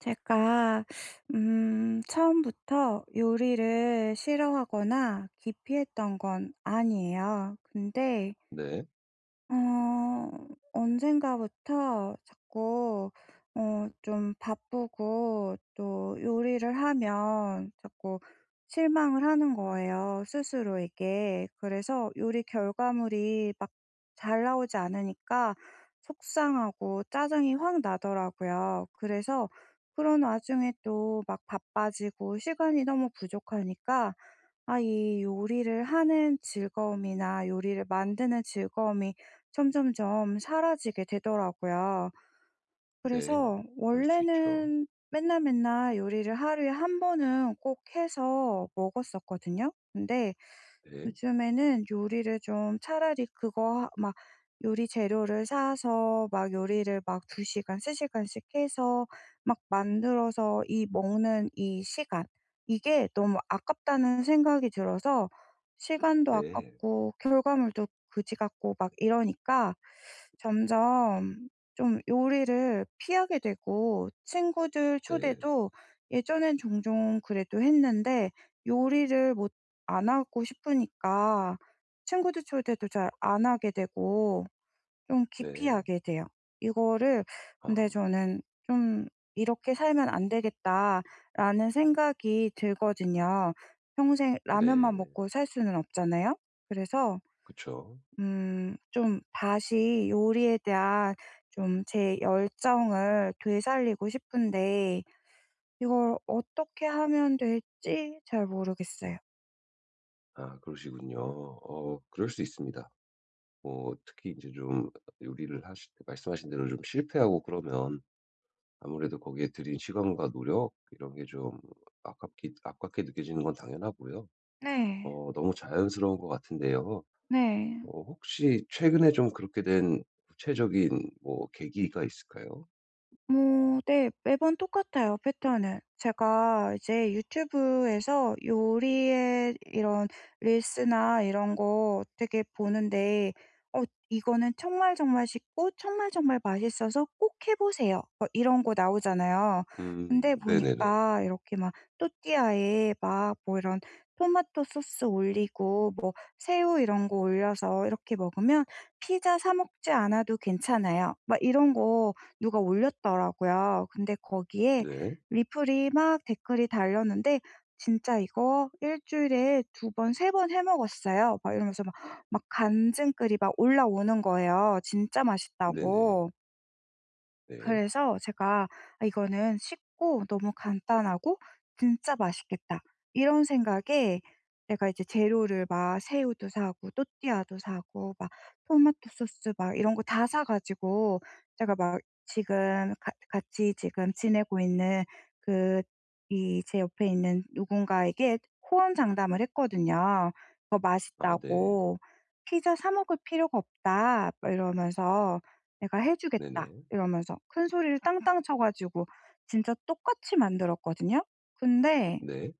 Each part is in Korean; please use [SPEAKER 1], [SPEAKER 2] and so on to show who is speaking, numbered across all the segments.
[SPEAKER 1] 제가 처음부터 요리를 싫어하거나 기피했던 건 아니에요. 근데
[SPEAKER 2] 네.
[SPEAKER 1] 어, 언젠가부터 자꾸 좀 바쁘고 또 요리를 하면 자꾸 실망을 하는 거예요, 스스로에게. 그래서 요리 결과물이 막 잘 나오지 않으니까 속상하고 짜증이 확 나더라고요. 그래서 그런 와중에 또 막 바빠지고 시간이 너무 부족하니까 아, 이 요리를 하는 즐거움이나 요리를 만드는 즐거움이 점점점 사라지게 되더라고요.
[SPEAKER 2] 네.
[SPEAKER 1] 그래서
[SPEAKER 2] 그럴 수 있죠.
[SPEAKER 1] 원래는 맨날 맨날 요리를 하루에 한 번은 꼭 해서 먹었었거든요. 근데
[SPEAKER 2] 네.
[SPEAKER 1] 요즘에는 요리를 좀 차라리 그거 하 막 요리 재료를 사서 막 요리를 막 2 시간, 3 시간씩 해서 막 만들어서 이 먹는 이 시간, 이게 너무 아깝다는 생각이 들어서, 시간도
[SPEAKER 2] 네.
[SPEAKER 1] 아깝고 결과물도 그지 같고 막 이러니까 점점 좀 요리를 피하게 되고, 친구들
[SPEAKER 2] 네.
[SPEAKER 1] 초대도 예전엔 종종 그래도 했는데 요리를 못, 안 하고 싶으니까 친구들 초대도 잘 안 하게 되고 좀
[SPEAKER 2] 네.
[SPEAKER 1] 기피하게 돼요. 이거를,
[SPEAKER 2] 아.
[SPEAKER 1] 근데 저는 좀 '이렇게 살면 안 되겠다.'라는 생각이 들거든요. 평생 라면만
[SPEAKER 2] 네.
[SPEAKER 1] 먹고 살 수는 없잖아요. 그래서
[SPEAKER 2] 그쵸.
[SPEAKER 1] 좀 다시 요리에 대한 좀 제 열정을 되살리고 싶은데 이걸 어떻게 하면 될지 잘 모르겠어요.
[SPEAKER 2] 아 그러시군요. 그럴 수 있습니다. 뭐 특히 이제 좀 요리를 하실 때 말씀하신 대로 좀 실패하고 그러면 아무래도 거기에 들인 시간과 노력 이런 게 좀 아깝기 아깝게 느껴지는 건 당연하고요.
[SPEAKER 1] 네.
[SPEAKER 2] 너무 자연스러운 것 같은데요.
[SPEAKER 1] 네.
[SPEAKER 2] 혹시 최근에 좀 그렇게 된 구체적인 뭐 계기가 있을까요?
[SPEAKER 1] 뭐 네. 매번 똑같아요, 패턴은. 제가 이제 유튜브에서 요리의 이런 릴스나 이런 거 되게 보는데 "어 이거는 정말 정말 쉽고 정말 정말 맛있어서 꼭 해 보세요." 뭐 이런 거 나오잖아요.
[SPEAKER 2] 음.
[SPEAKER 1] 근데
[SPEAKER 2] 네네네.
[SPEAKER 1] 보니까 이렇게 막 또띠아에 막 뭐 이런 토마토 소스 올리고 뭐 새우 이런 거 올려서 이렇게 먹으면 피자 사 먹지 않아도 괜찮아요. 막 이런 거 누가 올렸더라고요. 근데 거기에
[SPEAKER 2] 네.
[SPEAKER 1] 리플이 막 댓글이 달렸는데 "진짜 이거 일 주일에 두 번 세 번 해 먹었어요." 막 이러면서 막 간증글이 막 올라오는 거예요, 진짜
[SPEAKER 2] 네네.
[SPEAKER 1] 맛있다고.
[SPEAKER 2] 네.
[SPEAKER 1] 그래서 제가 '아 이거는 쉽고 너무 간단하고 진짜 맛있겠다.' 이런 생각에 내가 이제 재료를 막 새우도 사고 또띠아도 사고 막 토마토 소스 막 이런 거 다 사 가지고, 제가 막 지금 같 같이 지금 지내고 있는 그 이 제 옆에 있는 누군가에게 호언장담을 했거든요. "이거
[SPEAKER 2] 아 네.
[SPEAKER 1] 맛있다고 피자 사 먹을 필요가 없다." 막 이러면서 "내가 해 주겠다."
[SPEAKER 2] 네네.
[SPEAKER 1] 이러면서 큰 소리를 땅땅 쳐 가지고 진짜 똑같이 만들었거든요. 근데
[SPEAKER 2] 네.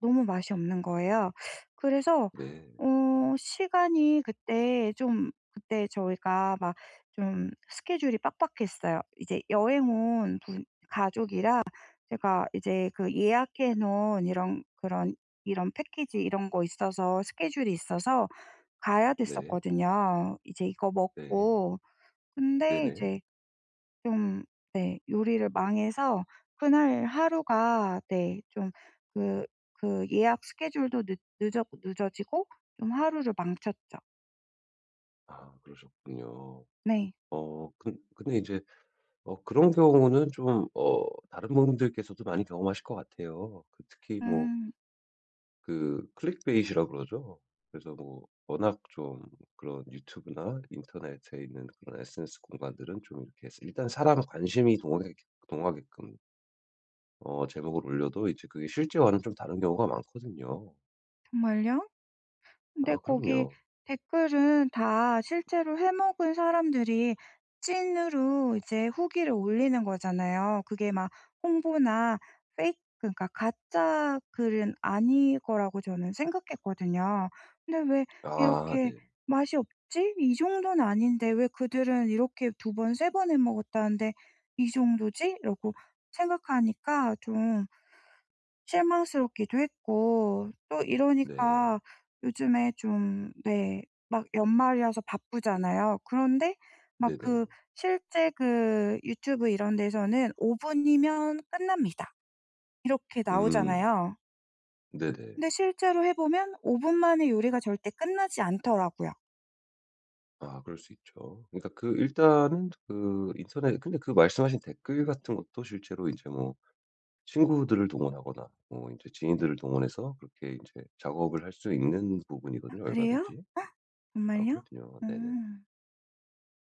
[SPEAKER 1] 너무 맛이 없는 거예요. 그래서
[SPEAKER 2] 네.
[SPEAKER 1] 시간이 그때 좀 그때 저희가 막 좀 스케줄이 빡빡했어요. 이제 여행 온 분 가족이라 제가 이제 그 예약해 놓은 이런 그런 이런 패키지 이런 거 있어서 스케줄이 있어서 가야
[SPEAKER 2] 네.
[SPEAKER 1] 됐었거든요, 이제 이거
[SPEAKER 2] 네.
[SPEAKER 1] 먹고. 근데
[SPEAKER 2] 네네.
[SPEAKER 1] 이제 좀 네 요리를 망해서 그날 하루가 네 좀 그 그 예약 스케줄도 늦 늦어 늦어지고 좀 하루를 망쳤죠.
[SPEAKER 2] 아 그러셨군요.
[SPEAKER 1] 네.
[SPEAKER 2] 어 근 근데 이제 그런 경우는 좀 다른 분들께서도 많이 경험하실 것 같아요. 그 특히 뭐
[SPEAKER 1] 음
[SPEAKER 2] 그 클릭베이트라 그러죠. 그래서 뭐 워낙 좀 그런 유튜브나 인터넷에 있는 그런 SNS 공간들은 좀 이렇게 해서 일단 사람 관심이 동하게끔 제목을 올려도 이제 그게 실제와는 좀 다른 경우가 많거든요.
[SPEAKER 1] 정말요? 근데
[SPEAKER 2] 아
[SPEAKER 1] 거기
[SPEAKER 2] 그럼요.
[SPEAKER 1] 댓글은 다 실제로 해먹은 사람들이 찐으로 이제 후기를 올리는 거잖아요. 그게 막 홍보나 페이크, 그러니까 가짜 글은 아닐 거라고 저는 생각했거든요. 근데 왜
[SPEAKER 2] 아
[SPEAKER 1] 이렇게
[SPEAKER 2] 네.
[SPEAKER 1] "맛이 없지? 이 정도는 아닌데 왜 그들은 이렇게 두 번 세 번 해먹었다는데 이 정도지?" 라고 생각하니까 좀 실망스럽기도 했고, 또
[SPEAKER 2] 네.
[SPEAKER 1] 이러니까 요즘에 좀 네 막 연말이라서 바쁘잖아요. 그런데 막 그
[SPEAKER 2] 네네.
[SPEAKER 1] 실제 그 유튜브 이런 데서는 5 분이면 끝납니다. 이렇게
[SPEAKER 2] 음.
[SPEAKER 1] 나오잖아요.
[SPEAKER 2] 네네.
[SPEAKER 1] 근데 실제로 해 보면 5 분 만에 요리가 절대 끝나지 않더라고요.
[SPEAKER 2] 아 그럴 수 있죠. 그러니까 그 일단은 그 인터넷 근데 그 말씀하신 댓글 같은 것도 실제로 이제 뭐 친구들을 동원하거나 뭐 이제 지인들을 동원해서 그렇게 이제 작업을 할 수 있는
[SPEAKER 1] 아
[SPEAKER 2] 부분이거든요
[SPEAKER 1] 그래요?
[SPEAKER 2] 얼마든지. 아
[SPEAKER 1] 정말요?
[SPEAKER 2] 그렇군요. 네네.
[SPEAKER 1] 음.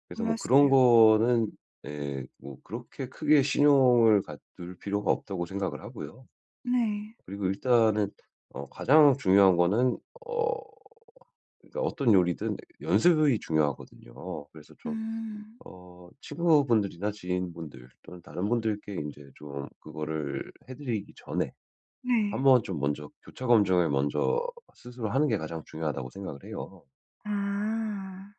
[SPEAKER 2] 그래서 뭐 그런
[SPEAKER 1] 몰랐어요.
[SPEAKER 2] 거는 예 뭐 그렇게 크게 신용을 갖둘 필요가 없다고 생각을 하고요.
[SPEAKER 1] 네.
[SPEAKER 2] 그리고 일단은 가장 중요한 거는 어 그러니까 어떤 요리든 연습이 중요하거든요. 그래서 좀
[SPEAKER 1] 음.
[SPEAKER 2] 친구분들이나 지인분들 또는 다른 분들께 이제 좀 그거를 해 드리기 전에 한
[SPEAKER 1] 네.
[SPEAKER 2] 번 좀 먼저 교차 검증을 먼저 스스로 하는 게 가장 중요하다고 생각을 해요.
[SPEAKER 1] 아.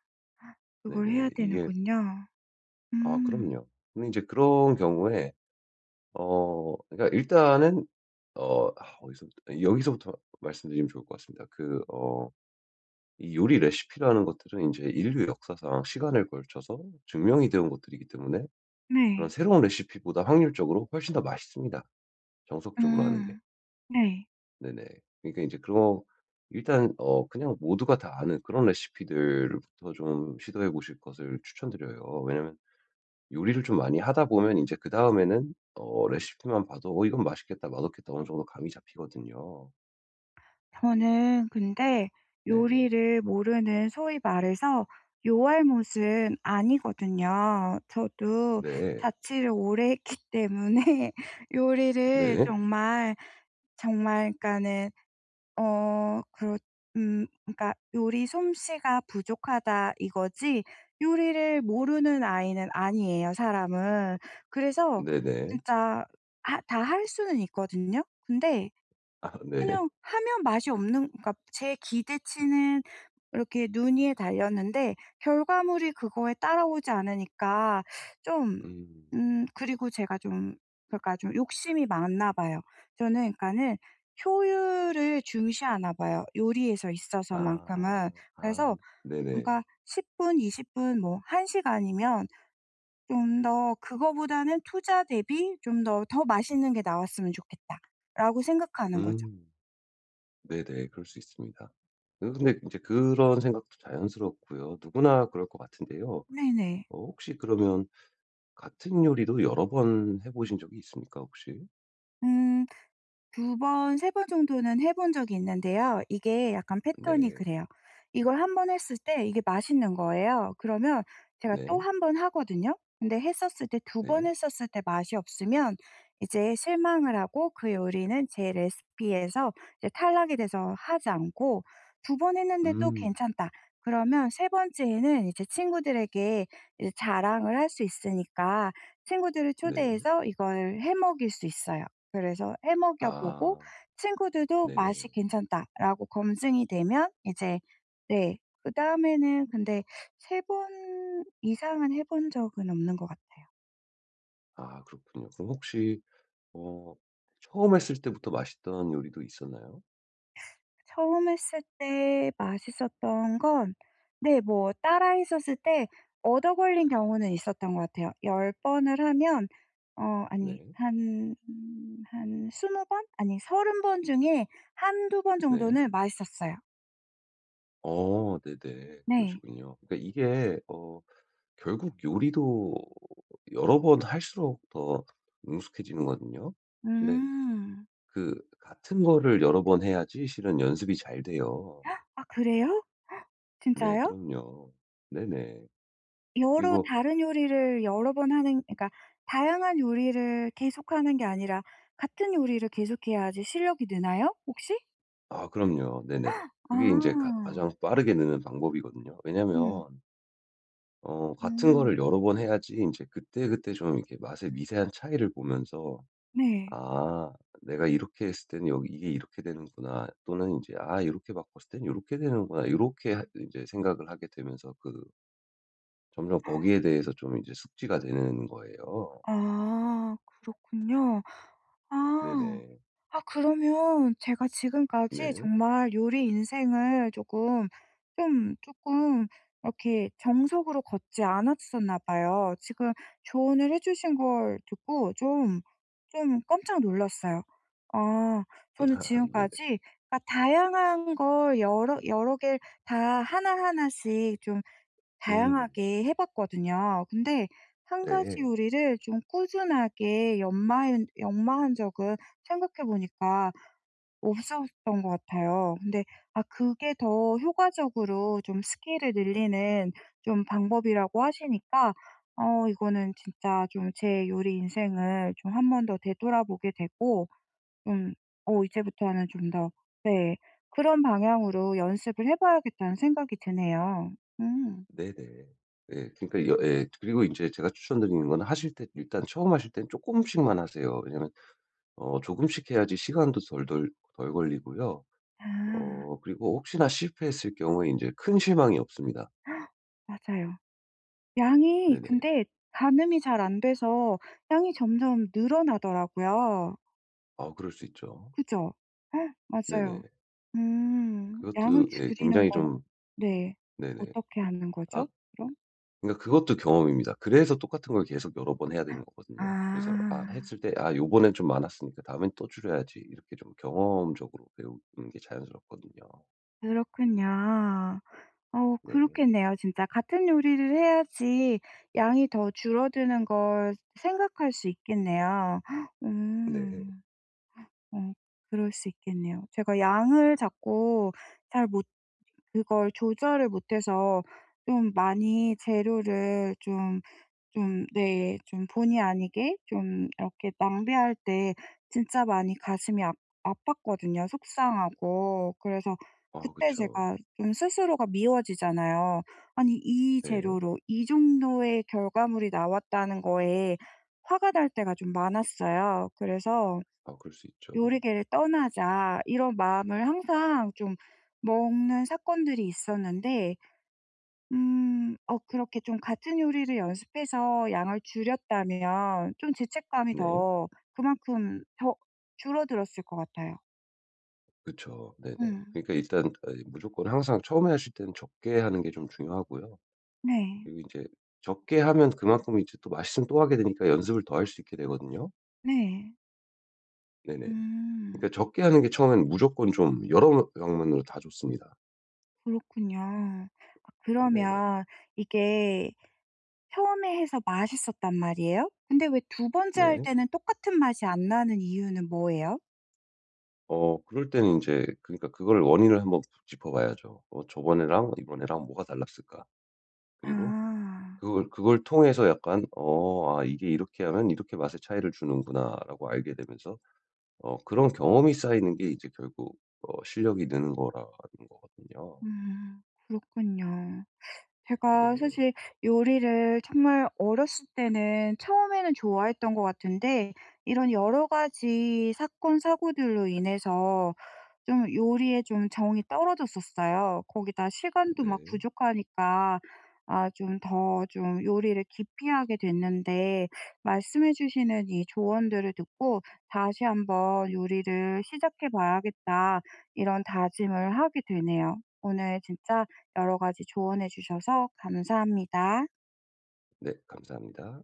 [SPEAKER 1] 그걸 해야
[SPEAKER 2] 네네. 이게
[SPEAKER 1] 되는군요.
[SPEAKER 2] 아
[SPEAKER 1] 음.
[SPEAKER 2] 그럼요. 근데 이제 그런 경우에 그러니까 일단은 어 아 어디서부터 여기서부터 말씀드리면 좋을 것 같습니다. 이 요리 레시피라는 것들은 이제 인류 역사상 시간을 걸쳐서 증명이 되어 온 것들이기 때문에 그런
[SPEAKER 1] 네.
[SPEAKER 2] 새로운 레시피보다 확률적으로 훨씬 더 맛있습니다, 정석적으로 하는 게.
[SPEAKER 1] 음. 네.
[SPEAKER 2] 네네. 그러니까 이제 그런 일단 그냥 모두가 다 아는 그런 레시피들부터 좀 시도해 보실 것을 추천드려요. 왜냐면 요리를 좀 많이 하다 보면 인제 그다음에는 레시피만 봐도 '어 이건 맛있겠다. 맛없겠다.' 어느 정도 감이 잡히거든요.
[SPEAKER 1] 저는 근데
[SPEAKER 2] 네.
[SPEAKER 1] 요리를 모르는, 소위 말해서 요알못은 아니거든요. 저도
[SPEAKER 2] 네.
[SPEAKER 1] 자취를 오래 했기 때문에 요리를
[SPEAKER 2] 네.
[SPEAKER 1] 정말 정말 그러니까는 어 그렇 그러니까 '요리 솜씨가 부족하다.' 이거지 요리를 모르는 아이는 아니에요, 사람은. 그래서
[SPEAKER 2] 네네.
[SPEAKER 1] 진짜 다 할 수는 있거든요. 근데
[SPEAKER 2] 아 네.
[SPEAKER 1] 그냥 하면 맛이 없는, 그러니까 제 기대치는 이렇게 눈위에 달렸는데 결과물이 그거에 따라오지 않으니까 좀,
[SPEAKER 2] 음.
[SPEAKER 1] 그리고 제가 좀, 그러니까 좀 욕심이 많나 봐요. 저는 그러니까는 효율을 중시하나 봐요, 요리에서
[SPEAKER 2] 아.
[SPEAKER 1] 있어서만큼은.
[SPEAKER 2] 아
[SPEAKER 1] 그래서
[SPEAKER 2] 네네.
[SPEAKER 1] 뭔가 10 분, 20 분 뭐 1 시간이면 좀 더, 그거보다는 '투자 대비 좀 더, 더 맛있는 게 나왔으면 좋겠다.'라고 생각하는 거죠.
[SPEAKER 2] 음. 네네. 그럴 수 있습니다. 그 근데 이제 그런 생각도 자연스럽고요. 누구나 그럴 것 같은데요.
[SPEAKER 1] 네네.
[SPEAKER 2] 혹시 그러면 같은 요리도 여러 번 해 보신 적이 있습니까 혹시?
[SPEAKER 1] 음 두 번, 세 번 정도는 해본 적이 있는데요. 이게 약간 패턴이
[SPEAKER 2] 네.
[SPEAKER 1] 그래요. 이걸 한 번 했을 때 이게 맛있는 거예요. 그러면 제가 또
[SPEAKER 2] 네.
[SPEAKER 1] 한 번 하거든요. 근데 했었을 때, 두 번
[SPEAKER 2] 네.
[SPEAKER 1] 했었을 때 맛이 없으면 이제 실망을 하고 그 요리는 제 레시피에서 이제 탈락이 돼서 하지 않고, 두 번 했는데 또
[SPEAKER 2] 음.
[SPEAKER 1] 괜찮다. 그러면 세 번째에는 이제 친구들에게 이제 자랑을 할 수 있으니까 친구들을
[SPEAKER 2] 네.
[SPEAKER 1] 초대해서 이걸 해 먹일 수 있어요. 그래서 해 먹여 보고
[SPEAKER 2] 아.
[SPEAKER 1] 친구들도
[SPEAKER 2] 네.
[SPEAKER 1] "맛이 괜찮다."라고 검증이 되면 이제 네 그다음에는, 근데 세 번 이상은 해본 적은 없는 것 같아요.
[SPEAKER 2] 아 그렇군요. 그럼 혹시 어 처음 했을 때부터 맛있던 요리도 있었나요?
[SPEAKER 1] 처음 했을 때 맛있었던 건 네 뭐 따라 했었을 때 얻어 걸린 경우는 있었던 것 같아요. 열 번을 하면 어 아니
[SPEAKER 2] 네.
[SPEAKER 1] 한 한 20번? 아니 30번 중에 한두 번
[SPEAKER 2] 네.
[SPEAKER 1] 정도는 맛있었어요.
[SPEAKER 2] 어 네네.
[SPEAKER 1] 네.
[SPEAKER 2] 그러시군요. 그러니까 이게 결국 요리도 여러 번 할수록 더 능숙해지는거든요. 근데
[SPEAKER 1] 음.
[SPEAKER 2] 그 같은 거를 여러 번 해야지 실은 연습이 잘 돼요.
[SPEAKER 1] 아 그래요?
[SPEAKER 2] 네
[SPEAKER 1] 진짜요?
[SPEAKER 2] 그럼요. 네네.
[SPEAKER 1] 여러
[SPEAKER 2] 그리고
[SPEAKER 1] 다른 요리를 여러 번 하는, 그러니까 다양한 요리를 계속하는 게 아니라 같은 요리를 계속해야지 실력이 느나요? 혹시?
[SPEAKER 2] 아 그럼요. 네네. 그게 인제 가
[SPEAKER 1] 아.
[SPEAKER 2] 가장 빠르게 느는 방법이거든요. 왜냐면
[SPEAKER 1] 어머.
[SPEAKER 2] 같은 거를
[SPEAKER 1] 음.
[SPEAKER 2] 여러 번 해야지 인제 그때그때 좀 이렇게 맛의 미세한 차이를 보면서
[SPEAKER 1] 네.
[SPEAKER 2] 아, 내가 이렇게 했을 때는 여기 이게 이렇게 되는구나. 또는 이제 '아 이렇게 바꿨을 땐이렇게 되는구나.' 이렇게하제 생각을 하게 되면서 그 점점 거기에 대해서 좀 이제 숙지가 되는 거예요.
[SPEAKER 1] 아 그렇군요. 아.
[SPEAKER 2] 네네.
[SPEAKER 1] 아 그러면 제가 지금까지
[SPEAKER 2] 네.
[SPEAKER 1] 정말 요리 인생을 조금, 좀 조금 이렇게 정석으로 걷지 않았었나 봐요. 지금 조언을 해 주신 걸 듣고 좀, 좀 깜짝 놀랐어요. 아 저는
[SPEAKER 2] 아, 네네.
[SPEAKER 1] 지금까지 그러니까 다양한 걸 여러 개 다 하나하나씩 좀
[SPEAKER 2] 음.
[SPEAKER 1] 다양하게 해 봤거든요. 근데 한 가지
[SPEAKER 2] 네.
[SPEAKER 1] 요리를 좀 꾸준하게 연마한 적은 생각해 보니까 없었던 것 같아요. 근데 아 그게 더 효과적으로 좀 스킬을 늘리는 좀 방법이라고 하시니까 이거는 진짜 좀 제 요리 인생을 좀 한 번 더 되돌아보게 되고 좀 '어 이제부터는 좀 더' 네 그런 방향으로 연습을 해 봐야겠다는 생각이 드네요. 음.
[SPEAKER 2] 네네. 네 그러니까 여 예. 그리고 이제 제가 추천드리는 건 하실 때 일단 처음 하실 땐 조금씩만 하세요. 왜냐면 조금씩 해야지 시간도 덜덜 덜 걸리고요.
[SPEAKER 1] 아.
[SPEAKER 2] 그리고 혹시나 실패했을 경우에 이제 큰 실망이 없습니다.
[SPEAKER 1] 맞아요. 양이,
[SPEAKER 2] 네네.
[SPEAKER 1] 근데 가늠이 잘 안 돼서 양이 점점 늘어나더라고요.
[SPEAKER 2] 아 그럴 수 있죠.
[SPEAKER 1] 그죠? 헉, 맞아요.
[SPEAKER 2] 네네.
[SPEAKER 1] 음. 양을
[SPEAKER 2] 그것도 예
[SPEAKER 1] 줄이는
[SPEAKER 2] 굉장히
[SPEAKER 1] 건
[SPEAKER 2] 좀
[SPEAKER 1] 네.
[SPEAKER 2] 네네.
[SPEAKER 1] 어떻게 하는
[SPEAKER 2] 아
[SPEAKER 1] 거죠 그럼?
[SPEAKER 2] 그러니까 그것도 경험입니다. 그래서 똑같은 걸 계속 여러 번 해야 되는 거거든요. 그래서 아
[SPEAKER 1] 아
[SPEAKER 2] 했을 때 '아 요번엔 좀 많았으니까 다음엔 또 줄여야지.' 이렇게 좀 경험적으로 배우는 게 자연스럽거든요.
[SPEAKER 1] 그렇군요. 어
[SPEAKER 2] 네.
[SPEAKER 1] 그렇겠네요, 진짜. 같은 요리를 해야지 양이 더 줄어드는 걸 생각할 수 있겠네요. 헉,
[SPEAKER 2] 네.
[SPEAKER 1] 어 그럴 수 있겠네요. 제가 양을 자꾸 잘 못, 그걸 조절을 못해서 좀 많이 재료를 좀, 좀 네 좀 본의 아니게 좀 이렇게 낭비할 때 진짜 많이 가슴이 아팠거든요, 속상하고. 그래서
[SPEAKER 2] 아
[SPEAKER 1] 그때
[SPEAKER 2] 그쵸.
[SPEAKER 1] 제가 좀 스스로가 미워지잖아요. '아니 이
[SPEAKER 2] 네.
[SPEAKER 1] 재료로 이 정도의 결과물이 나왔다는 거에 화가 날 때가 좀 많았어요. 그래서
[SPEAKER 2] 아 그럴 수 있죠.
[SPEAKER 1] '요리계를 떠나자.' 이런 마음을 항상 좀 먹는 사건들이 있었는데 음 어 그렇게 좀 같은 요리를 연습해서 양을 줄였다면 좀 죄책감이
[SPEAKER 2] 네.
[SPEAKER 1] 더 그만큼 더 줄어들었을 것 같아요.
[SPEAKER 2] 그쵸. 네네.
[SPEAKER 1] 음.
[SPEAKER 2] 그러니까 일단 어, 무조건 항상 처음에 하실 때는 적게 하는 게 좀 중요하고요.
[SPEAKER 1] 네.
[SPEAKER 2] 그리고 제 적게 하면 그만큼 이제 또 맛있으면 또 하게 되니까 연습을 더 할 수 있게 되거든요.
[SPEAKER 1] 네.
[SPEAKER 2] 네네.
[SPEAKER 1] 음.
[SPEAKER 2] 그러니까 적게 하는 게 처음에는 무조건 좀 여러 방면으로 다 좋습니다.
[SPEAKER 1] 그렇군요. 아
[SPEAKER 2] 네네.
[SPEAKER 1] 그러면 이게 처음에 해서 맛있었단 말이에요? 근데 왜 두 번째 할
[SPEAKER 2] 네.
[SPEAKER 1] 때는 똑같은 맛이 안 나는 이유는 뭐예요?
[SPEAKER 2] 그럴 때는 이제 그러니까 그걸 원인을 한번 짚어 봐야죠. '어 저번에랑 이번에랑 뭐가 달랐을까?' 그리고
[SPEAKER 1] 아.
[SPEAKER 2] 그걸 통해서 약간 '어 아 이게 이렇게 하면 이렇게 맛의 차이를 주는구나.'라고 알게 되면서 그런 경험이 쌓이는 게 이제 결국 실력이 느는 거라는 거거든요.
[SPEAKER 1] 음. 그렇군요. 제가
[SPEAKER 2] 네.
[SPEAKER 1] 사실 요리를 정말 어렸을 때는 처음에는 좋아했던 것 같은데 이런 여러 가지 사건, 사고들로 인해서 좀 요리에 좀 정이 떨어졌었어요. 거기다 시간도 막
[SPEAKER 2] 네.
[SPEAKER 1] 부족하니까 아 좀 더 좀 요리를 기피 하게 됐는데 말씀해 주시는 이 조언들을 듣고 '다시 한번 요리를 시작해 봐야겠다.' 이런 다짐을 하게 되네요. 오늘 진짜 여러 가지 조언해 주셔서 감사합니다.
[SPEAKER 2] 네, 감사합니다.